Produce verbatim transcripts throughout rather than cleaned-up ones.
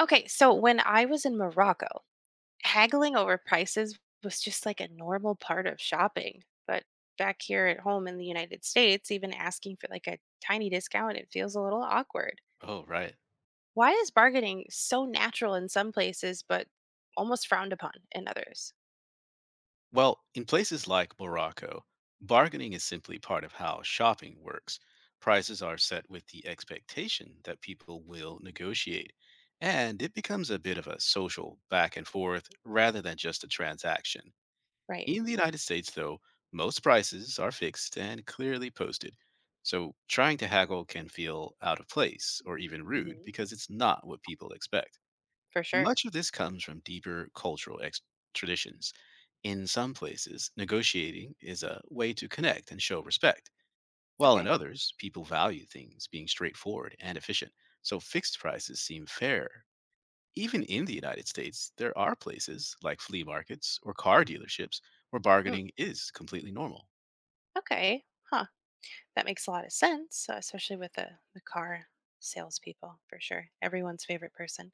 Okay, so when I was in Morocco, haggling over prices was just like a normal part of shopping. But back here at home in the United States, even asking for like a tiny discount, it feels a little awkward. Oh, right. Why is bargaining so natural in some places, but almost frowned upon in others? Well, in places like Morocco, bargaining is simply part of how shopping works. Prices are set with the expectation that people will negotiate, and it becomes a bit of a social back and forth rather than just a transaction. Right. In the United States, though, most prices are fixed and clearly posted, so trying to haggle can feel out of place or even rude Hmm. because it's not what people expect. For sure. Much of this comes from deeper cultural ex- traditions. In some places, negotiating is a way to connect and show respect, while in Okay. others, people value things being straightforward and efficient, so fixed prices seem fair. Even in the United States, there are places like flea markets or car dealerships where Mm, bargaining is completely normal. okay. Huh. That makes a lot of sense, uh, especially with the, the car salespeople, for sure. Everyone's favorite person.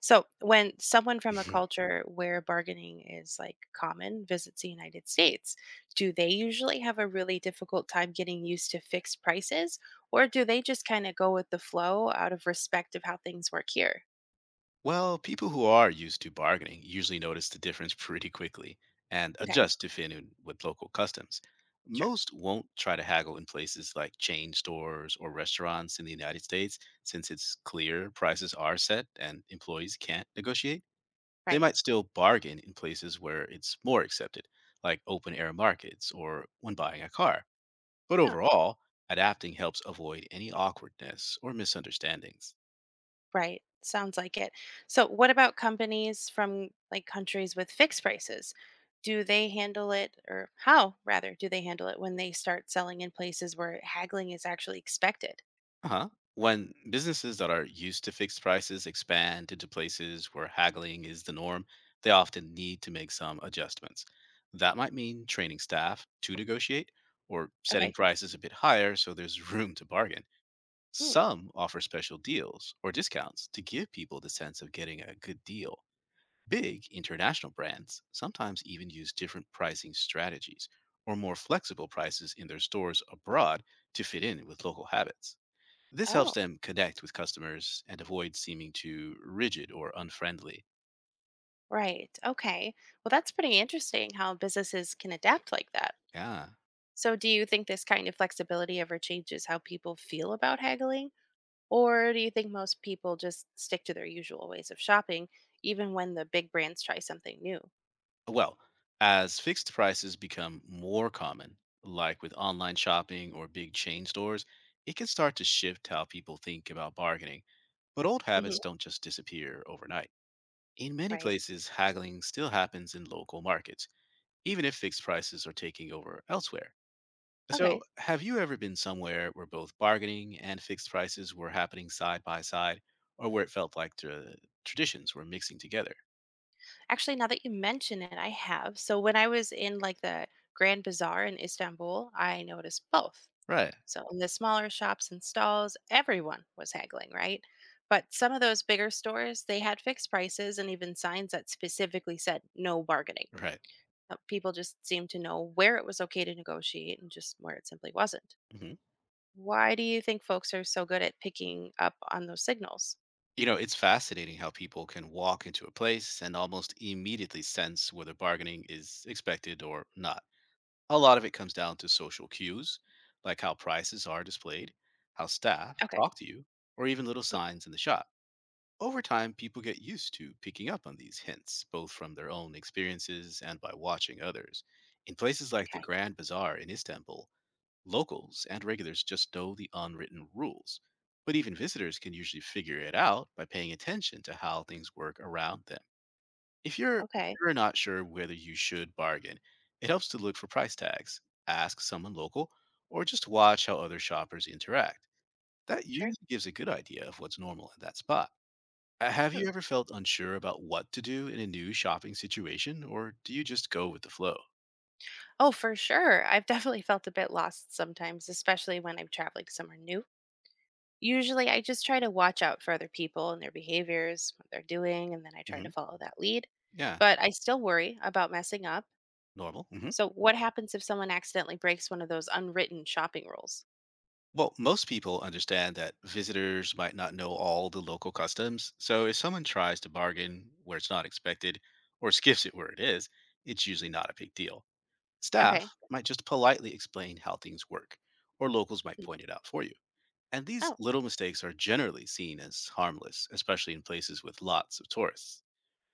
So, when someone from a culture where bargaining is like common visits the United States, do they usually have a really difficult time getting used to fixed prices, or do they just kind of go with the flow out of respect of how things work here? Well, people who are used to bargaining usually notice the difference pretty quickly and Okay, adjust to fit in with local customs. sure. Most won't try to haggle in places like chain stores or restaurants in the United States since it's clear prices are set and employees can't negotiate. They Right. might still bargain in places where it's more accepted, like open air markets or when buying a car. But overall, adapting helps avoid any awkwardness or misunderstandings. Right. Sounds like it. So, what about companies from like countries with fixed prices? Do they handle it, or how rather, do they handle it when they start selling in places where haggling is actually expected? Uh-huh. When businesses that are used to fixed prices expand into places where haggling is the norm, they often need to make some adjustments. That might mean training staff to negotiate or setting Okay. prices a bit higher so there's room to bargain. Mm. Some offer special deals or discounts to give people the sense of getting a good deal. Big international brands sometimes even use different pricing strategies or more flexible prices in their stores abroad to fit in with local habits. This helps Oh, them connect with customers and avoid seeming too rigid or unfriendly. right. Okay. Well, that's pretty interesting how businesses can adapt like that. Yeah. So, do you think this kind of flexibility ever changes how people feel about haggling? Or do you think most people just stick to their usual ways of shopping, even when the big brands try something new? Well, as fixed prices become more common, like with online shopping or big chain stores, it can start to shift how people think about bargaining. But old Mm-hmm. habits don't just disappear overnight. In many Right. places, haggling still happens in local markets, even if fixed prices are taking over elsewhere. So, Okay. have you ever been somewhere where both bargaining and fixed prices were happening side by side, or where it felt like tra- traditions were mixing together? Actually, now that you mention it, I have. So when I was in like the Grand Bazaar in Istanbul, I noticed both. Right. So in the smaller shops and stalls, everyone was haggling, right? But some of those bigger stores, they had fixed prices and even signs that specifically said no bargaining. Right. Uh, People just seemed to know where it was okay to negotiate and just where it simply wasn't. Hmm. Why do you think folks are so good at picking up on those signals? You know, it's fascinating how people can walk into a place and almost immediately sense whether bargaining is expected or not. A lot of it comes down to social cues, like how prices are displayed, how staff Okay. talk to you, or even little signs in the shop. Over time, people get used to picking up on these hints, both from their own experiences and by watching others. In places like the Okay. Grand Bazaar in Istanbul, locals and regulars just know the unwritten rules. But even visitors can usually figure it out by paying attention to how things work around them. If you're, Okay. You're not sure whether you should bargain, it helps to look for price tags, ask someone local, or just watch how other shoppers interact. That Sure. usually gives a good idea of what's normal in that spot. Uh, Have Hmm. you ever felt unsure about what to do in a new shopping situation, or do you just go with the flow? Oh, for sure. I've definitely felt a bit lost sometimes, especially when I'm traveling somewhere new. Usually, I just try to watch out for other people and their behaviors, what they're doing, and then I try Hmm. to follow that lead. Yeah, But I still worry about messing up. normal. Hmm. So, what happens if someone accidentally breaks one of those unwritten shopping rules? Well, most people understand that visitors might not know all the local customs, so if someone tries to bargain where it's not expected or skips it where it is, it's usually not a big deal. Staff Okay. might just politely explain how things work, or locals might Mm. point it out for you. And these Oh, little mistakes are generally seen as harmless, especially in places with lots of tourists.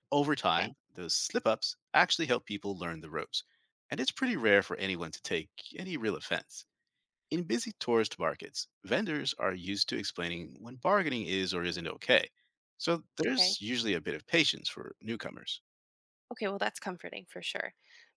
Over okay. time, those slip ups actually help people learn the ropes, and it's pretty rare for anyone to take any real offense. In busy tourist markets, vendors are used to explaining when bargaining is or isn't okay, so Okay. there's usually a bit of patience for newcomers. Okay, well, that's comforting for sure.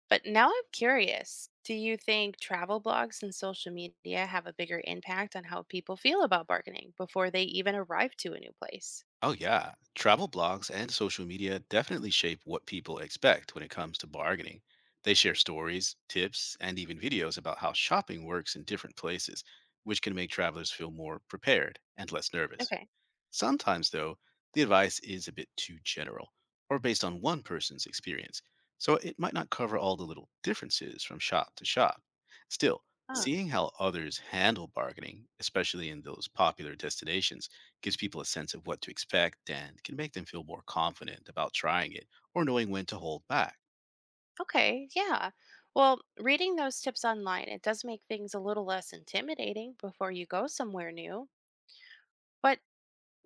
But now I'm curious, do you think travel blogs and social media have a bigger impact on how people feel about bargaining before they even arrive to a new place? Oh, yeah. Travel blogs and social media definitely shape what people expect when it comes to bargaining. They share stories, tips, and even videos about how shopping works in different places, which can make travelers feel more prepared and less nervous. Okay. Sometimes, though, the advice is a bit too general or based on one person's experience, so it might not cover all the little differences from shop to shop. Still, Oh, seeing how others handle bargaining, especially in those popular destinations, gives people a sense of what to expect and can make them feel more confident about trying it or knowing when to hold back. okay. Yeah. Well, reading those tips online, it does make things a little less intimidating before you go somewhere new. But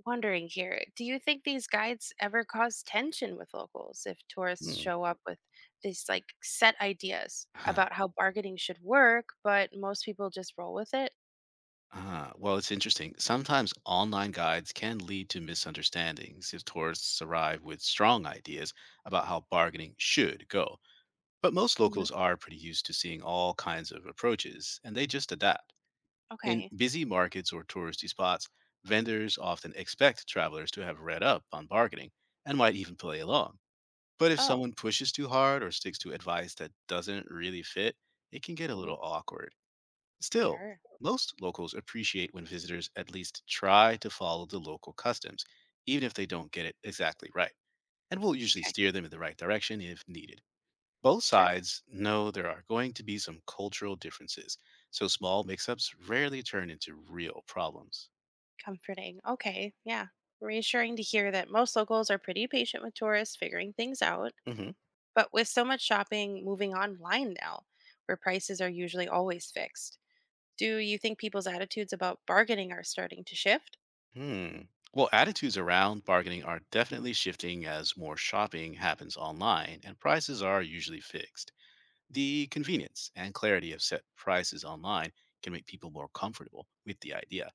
wondering here, do you think these guides ever cause tension with locals if tourists Hmm. show up with these like set ideas about how bargaining should work, but most people just roll with it? Ah, well, it's interesting. Sometimes online guides can lead to misunderstandings if tourists arrive with strong ideas about how bargaining should go. But most Mhm. locals are pretty used to seeing all kinds of approaches, and they just adapt. In Okay. busy markets or touristy spots, vendors often expect travelers to have read up on bargaining and might even play along. But if Oh, someone pushes too hard or sticks to advice that doesn't really fit, it can get a hmm, little awkward. Still, sure. most locals appreciate when visitors at least try to follow the local customs, even if they don't get it exactly right, and will usually Okay. steer them in the right direction if needed. Both Sure. sides know there are going to be some cultural differences, so small mix ups rarely turn into real problems. Comforting. Okay. Yeah. Reassuring to hear that most locals are pretty patient with tourists figuring things out. Hmm. But with so much shopping moving online now, where prices are usually always fixed, do you think people's attitudes about bargaining are starting to shift? Hmm. Well, attitudes around bargaining are definitely shifting as more shopping happens online and prices are usually fixed. The convenience and clarity of set prices online can make people more comfortable with the idea,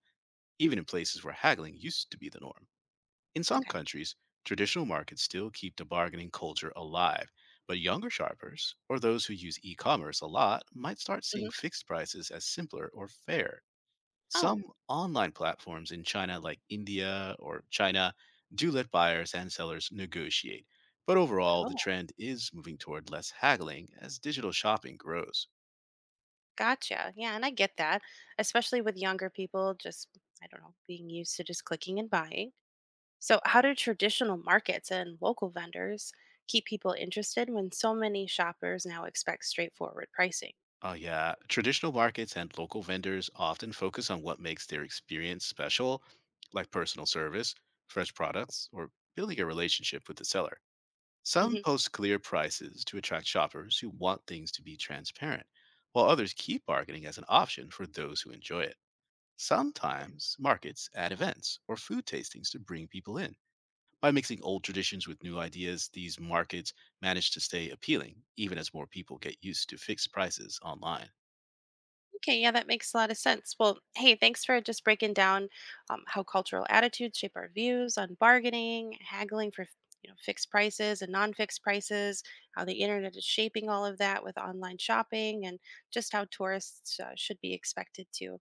even in places where haggling used to be the norm. In some Okay. countries, traditional markets still keep the bargaining culture alive, but younger shoppers or those who use e commerce a lot might start seeing Hmm. fixed prices as simpler or fair. Oh, Some online platforms in China, like India or China, do let buyers and sellers negotiate. But overall, the no. trend is moving toward less haggling as digital shopping grows. Gotcha. Yeah. And I get that, especially with younger people just, I don't know, being used to just clicking and buying. So, how do traditional markets and local vendors keep people interested when so many shoppers now expect straightforward pricing? Oh, yeah. Traditional markets and local vendors often focus on what makes their experience special, like personal service, fresh products, or building a relationship with the seller. Some Mm-hmm. post clear prices to attract shoppers who want things to be transparent, while others keep bargaining as an option for those who enjoy it. Sometimes markets add events or food tastings to bring people in. By mixing old traditions with new ideas, these markets manage to stay appealing, even as more people get used to fixed prices online. Okay, yeah, that makes a lot of sense. Well, hey, thanks for just breaking down um, how cultural attitudes shape our views on bargaining, haggling, for you know fixed prices and non-fixed prices, how the internet is shaping all of that with online shopping, and just how tourists uh, should be expected to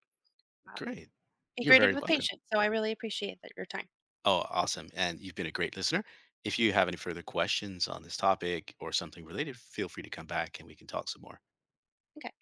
um, Great. be You're greeted very with welcome. patience. So I really appreciate that your time. Oh, awesome. And you've been a great listener. If you have any further questions on this topic or something related, feel free to come back and we can talk some more. Okay.